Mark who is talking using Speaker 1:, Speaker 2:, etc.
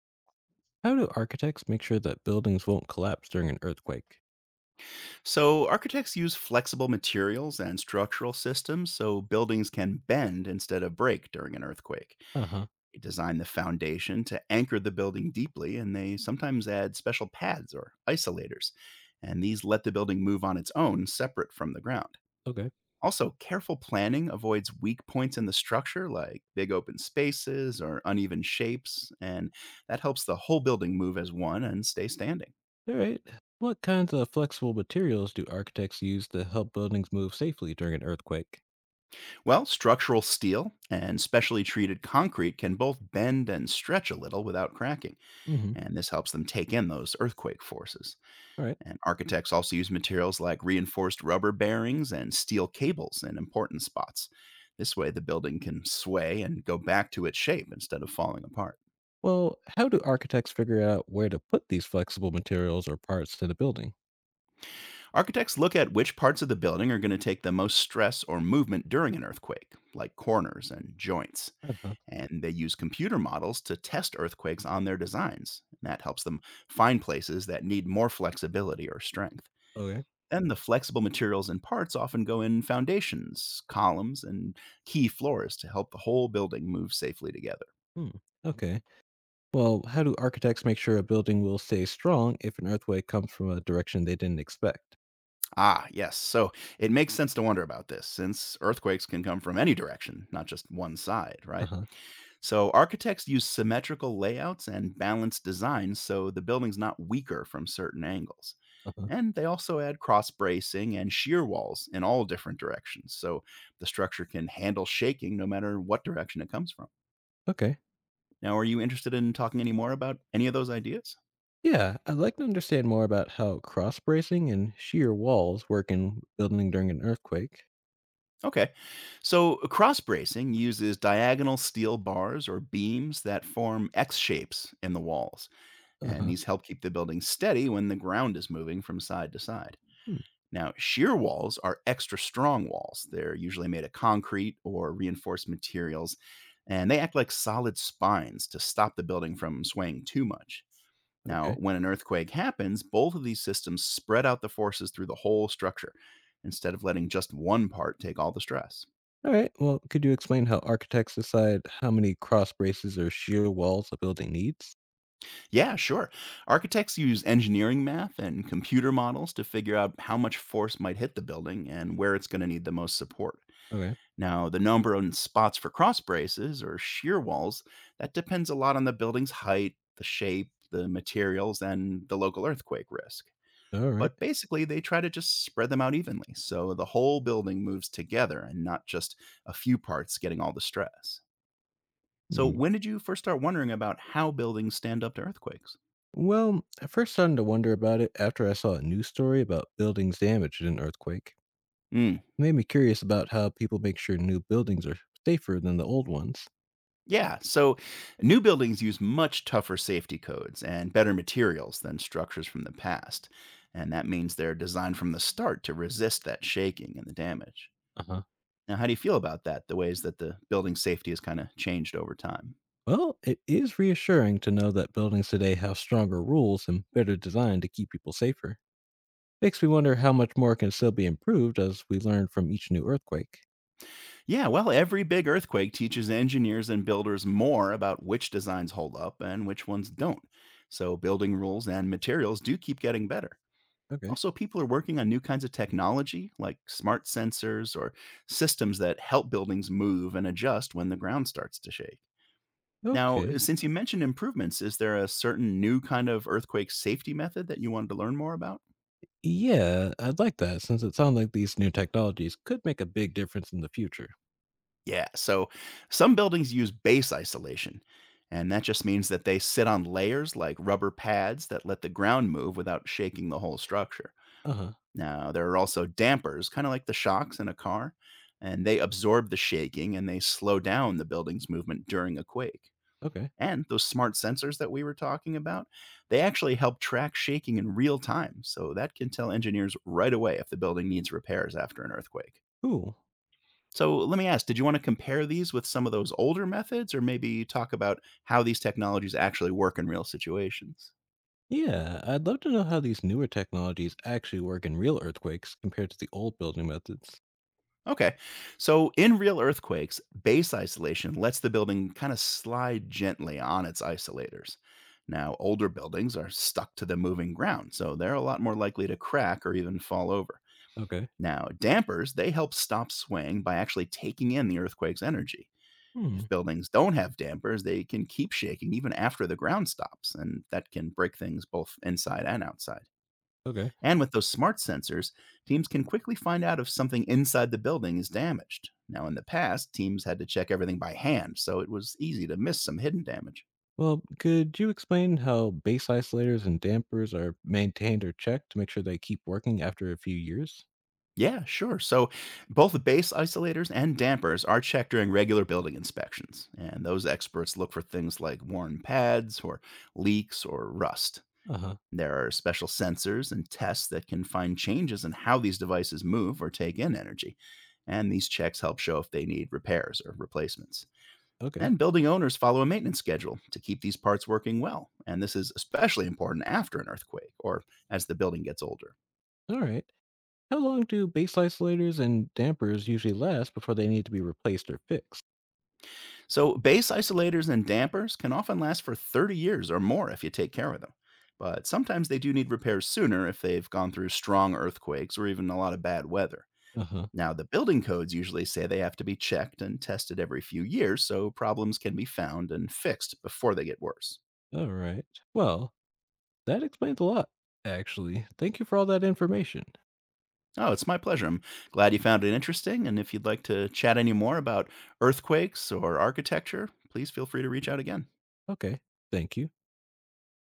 Speaker 1: How do architects make sure that buildings won't collapse during an earthquake?
Speaker 2: So, architects use flexible materials and structural systems so buildings can bend instead of break during an earthquake.
Speaker 1: Uh huh.
Speaker 2: They design the foundation to anchor the building deeply, and they sometimes add special pads or isolators. And these let the building move on its own, separate from the ground.
Speaker 1: Okay.
Speaker 2: Also, careful planning avoids weak points in the structure, like big open spaces or uneven shapes, and that helps the whole building move as one and stay standing.
Speaker 1: All right. What kinds of flexible materials do architects use to help buildings move safely during an earthquake?
Speaker 2: Well, structural steel and specially treated concrete can both bend and stretch a little without cracking,
Speaker 1: Hmm.
Speaker 2: and this helps them take in those earthquake forces.
Speaker 1: All right.
Speaker 2: And architects also use materials like reinforced rubber bearings and steel cables in important spots. This way, the building can sway and go back to its shape instead of falling apart.
Speaker 1: Well, how do architects figure out where to put these flexible materials or parts to the building?
Speaker 2: Architects look at which parts of the building are going to take the most stress or movement during an earthquake, like corners and joints,
Speaker 1: Uh huh.
Speaker 2: and they use computer models to test earthquakes on their designs. And that helps them find places that need more flexibility or strength.
Speaker 1: Okay.
Speaker 2: Then the flexible materials and parts often go in foundations, columns, and key floors to help the whole building move safely together.
Speaker 1: Hmm. Okay. Well, how do architects make sure a building will stay strong if an earthquake comes from a direction they didn't expect?
Speaker 2: Ah, yes. So it makes sense to wonder about this since earthquakes can come from any direction, not just one side,
Speaker 1: Uh
Speaker 2: right?
Speaker 1: huh.
Speaker 2: So architects use symmetrical layouts and balanced designs so the building's not weaker from certain angles.
Speaker 1: Uh huh.
Speaker 2: And they also add cross bracing and shear walls in all different directions so the structure can handle shaking no matter what direction it comes from.
Speaker 1: Okay.
Speaker 2: Now, are you interested in talking any more about any of those ideas?
Speaker 1: Yeah, I'd like to understand more about how cross bracing and shear walls work in building during an earthquake.
Speaker 2: Okay. So, cross bracing uses diagonal steel bars or beams that form X shapes in the walls,
Speaker 1: Uh
Speaker 2: and
Speaker 1: huh.
Speaker 2: these help keep the building steady when the ground is moving from side to side.
Speaker 1: Hmm,
Speaker 2: Now, shear walls are extra strong walls. They're usually made of concrete or reinforced materials, and they act like solid spines to stop the building from swaying too much. Now,
Speaker 1: okay.
Speaker 2: when an earthquake happens, both of these systems spread out the forces through the whole structure instead of letting just one part take all the stress.
Speaker 1: All right. Well, could you explain how architects decide how many cross braces or shear walls a building needs?
Speaker 2: Yeah, sure. Architects use engineering math and computer models to figure out how much force might hit the building and where it's going to need the most support.
Speaker 1: Okay.
Speaker 2: Now, the number and spots for cross braces or shear walls, that depends a lot on the building's height, the shape, the materials, and the local earthquake risk.
Speaker 1: All right.
Speaker 2: But basically, they try to just spread them out evenly so the whole building moves together and not just a few parts getting all the stress. So,
Speaker 1: Hmm.
Speaker 2: when did you first start wondering about how buildings stand up to earthquakes?
Speaker 1: Well, I first started to wonder about it after I saw a news story about buildings damaged in an earthquake.
Speaker 2: Mm.
Speaker 1: It made me curious about how people make sure new buildings are safer than the old ones.
Speaker 2: Yeah, so new buildings use much tougher safety codes and better materials than structures from the past. And that means they're designed from the start to resist that shaking and the damage.
Speaker 1: Uh huh.
Speaker 2: Now, how do you feel about that? The ways that the building safety has kind of changed over time?
Speaker 1: Well, it is reassuring to know that buildings today have stronger rules and better design to keep people safer. Makes me wonder how much more can still be improved as we learn from each new earthquake.
Speaker 2: Yeah, well, every big earthquake teaches engineers and builders more about which designs hold up and which ones don't. So, building rules and materials do keep getting better.
Speaker 1: Okay.
Speaker 2: Also, people are working on new kinds of technology like smart sensors or systems that help buildings move and adjust when the ground starts to shake. Now,
Speaker 1: Okay.
Speaker 2: since you mentioned improvements, is there a certain new kind of earthquake safety method that you wanted to learn more about?
Speaker 1: Yeah, I'd like that since it sounds like these new technologies could make a big difference in the future.
Speaker 2: Yeah, so some buildings use base isolation, and that just means that they sit on layers like rubber pads that let the ground move without shaking the whole structure.
Speaker 1: Uh huh.
Speaker 2: Now, there are also dampers, kind of like the shocks in a car, and they absorb the shaking and they slow down the building's movement during a quake.
Speaker 1: Okay.
Speaker 2: And those smart sensors that we were talking about, they actually help track shaking in real time. So that can tell engineers right away if the building needs repairs after an earthquake.
Speaker 1: Cool.
Speaker 2: So let me ask, did you want to compare these with some of those older methods or maybe talk about how these technologies actually work in real situations?
Speaker 1: Yeah, I'd love to know how these newer technologies actually work in real earthquakes compared to the old building methods.
Speaker 2: Okay. So in real earthquakes, base isolation lets the building kind of slide gently on its isolators. Now, older buildings are stuck to the moving ground, so they're a lot more likely to crack or even fall over.
Speaker 1: Okay.
Speaker 2: Now, dampers, they help stop swaying by actually taking in the earthquake's energy.
Speaker 1: Hmm.
Speaker 2: If buildings don't have dampers, they can keep shaking even after the ground stops, and that can break things both inside and outside.
Speaker 1: Okay.
Speaker 2: And with those smart sensors, teams can quickly find out if something inside the building is damaged. Now, in the past, teams had to check everything by hand, so it was easy to miss some hidden damage.
Speaker 1: Well, could you explain how base isolators and dampers are maintained or checked to make sure they keep working after a few years?
Speaker 2: Yeah, sure. So both base isolators and dampers are checked during regular building inspections, and those experts look for things like worn pads or leaks or rust.
Speaker 1: Uh huh.
Speaker 2: There are special sensors and tests that can find changes in how these devices move or take in energy, and these checks help show if they need repairs or replacements.
Speaker 1: Okay.
Speaker 2: And building owners follow a maintenance schedule to keep these parts working well. And this is especially important after an earthquake or as the building gets older.
Speaker 1: All right. How long do base isolators and dampers usually last before they need to be replaced or fixed?
Speaker 2: So, base isolators and dampers can often last for 30 years or more if you take care of them. But sometimes they do need repairs sooner if they've gone through strong earthquakes or even a lot of bad weather.
Speaker 1: Uh huh.
Speaker 2: Now, the building codes usually say they have to be checked and tested every few years, so problems can be found and fixed before they get worse.
Speaker 1: All right. Well, that explains a lot, actually. Thank you for all that information.
Speaker 2: Oh, it's my pleasure. I'm glad you found it interesting. And if you'd like to chat any more about earthquakes or architecture, please feel free to reach out again.
Speaker 1: Okay. Thank you.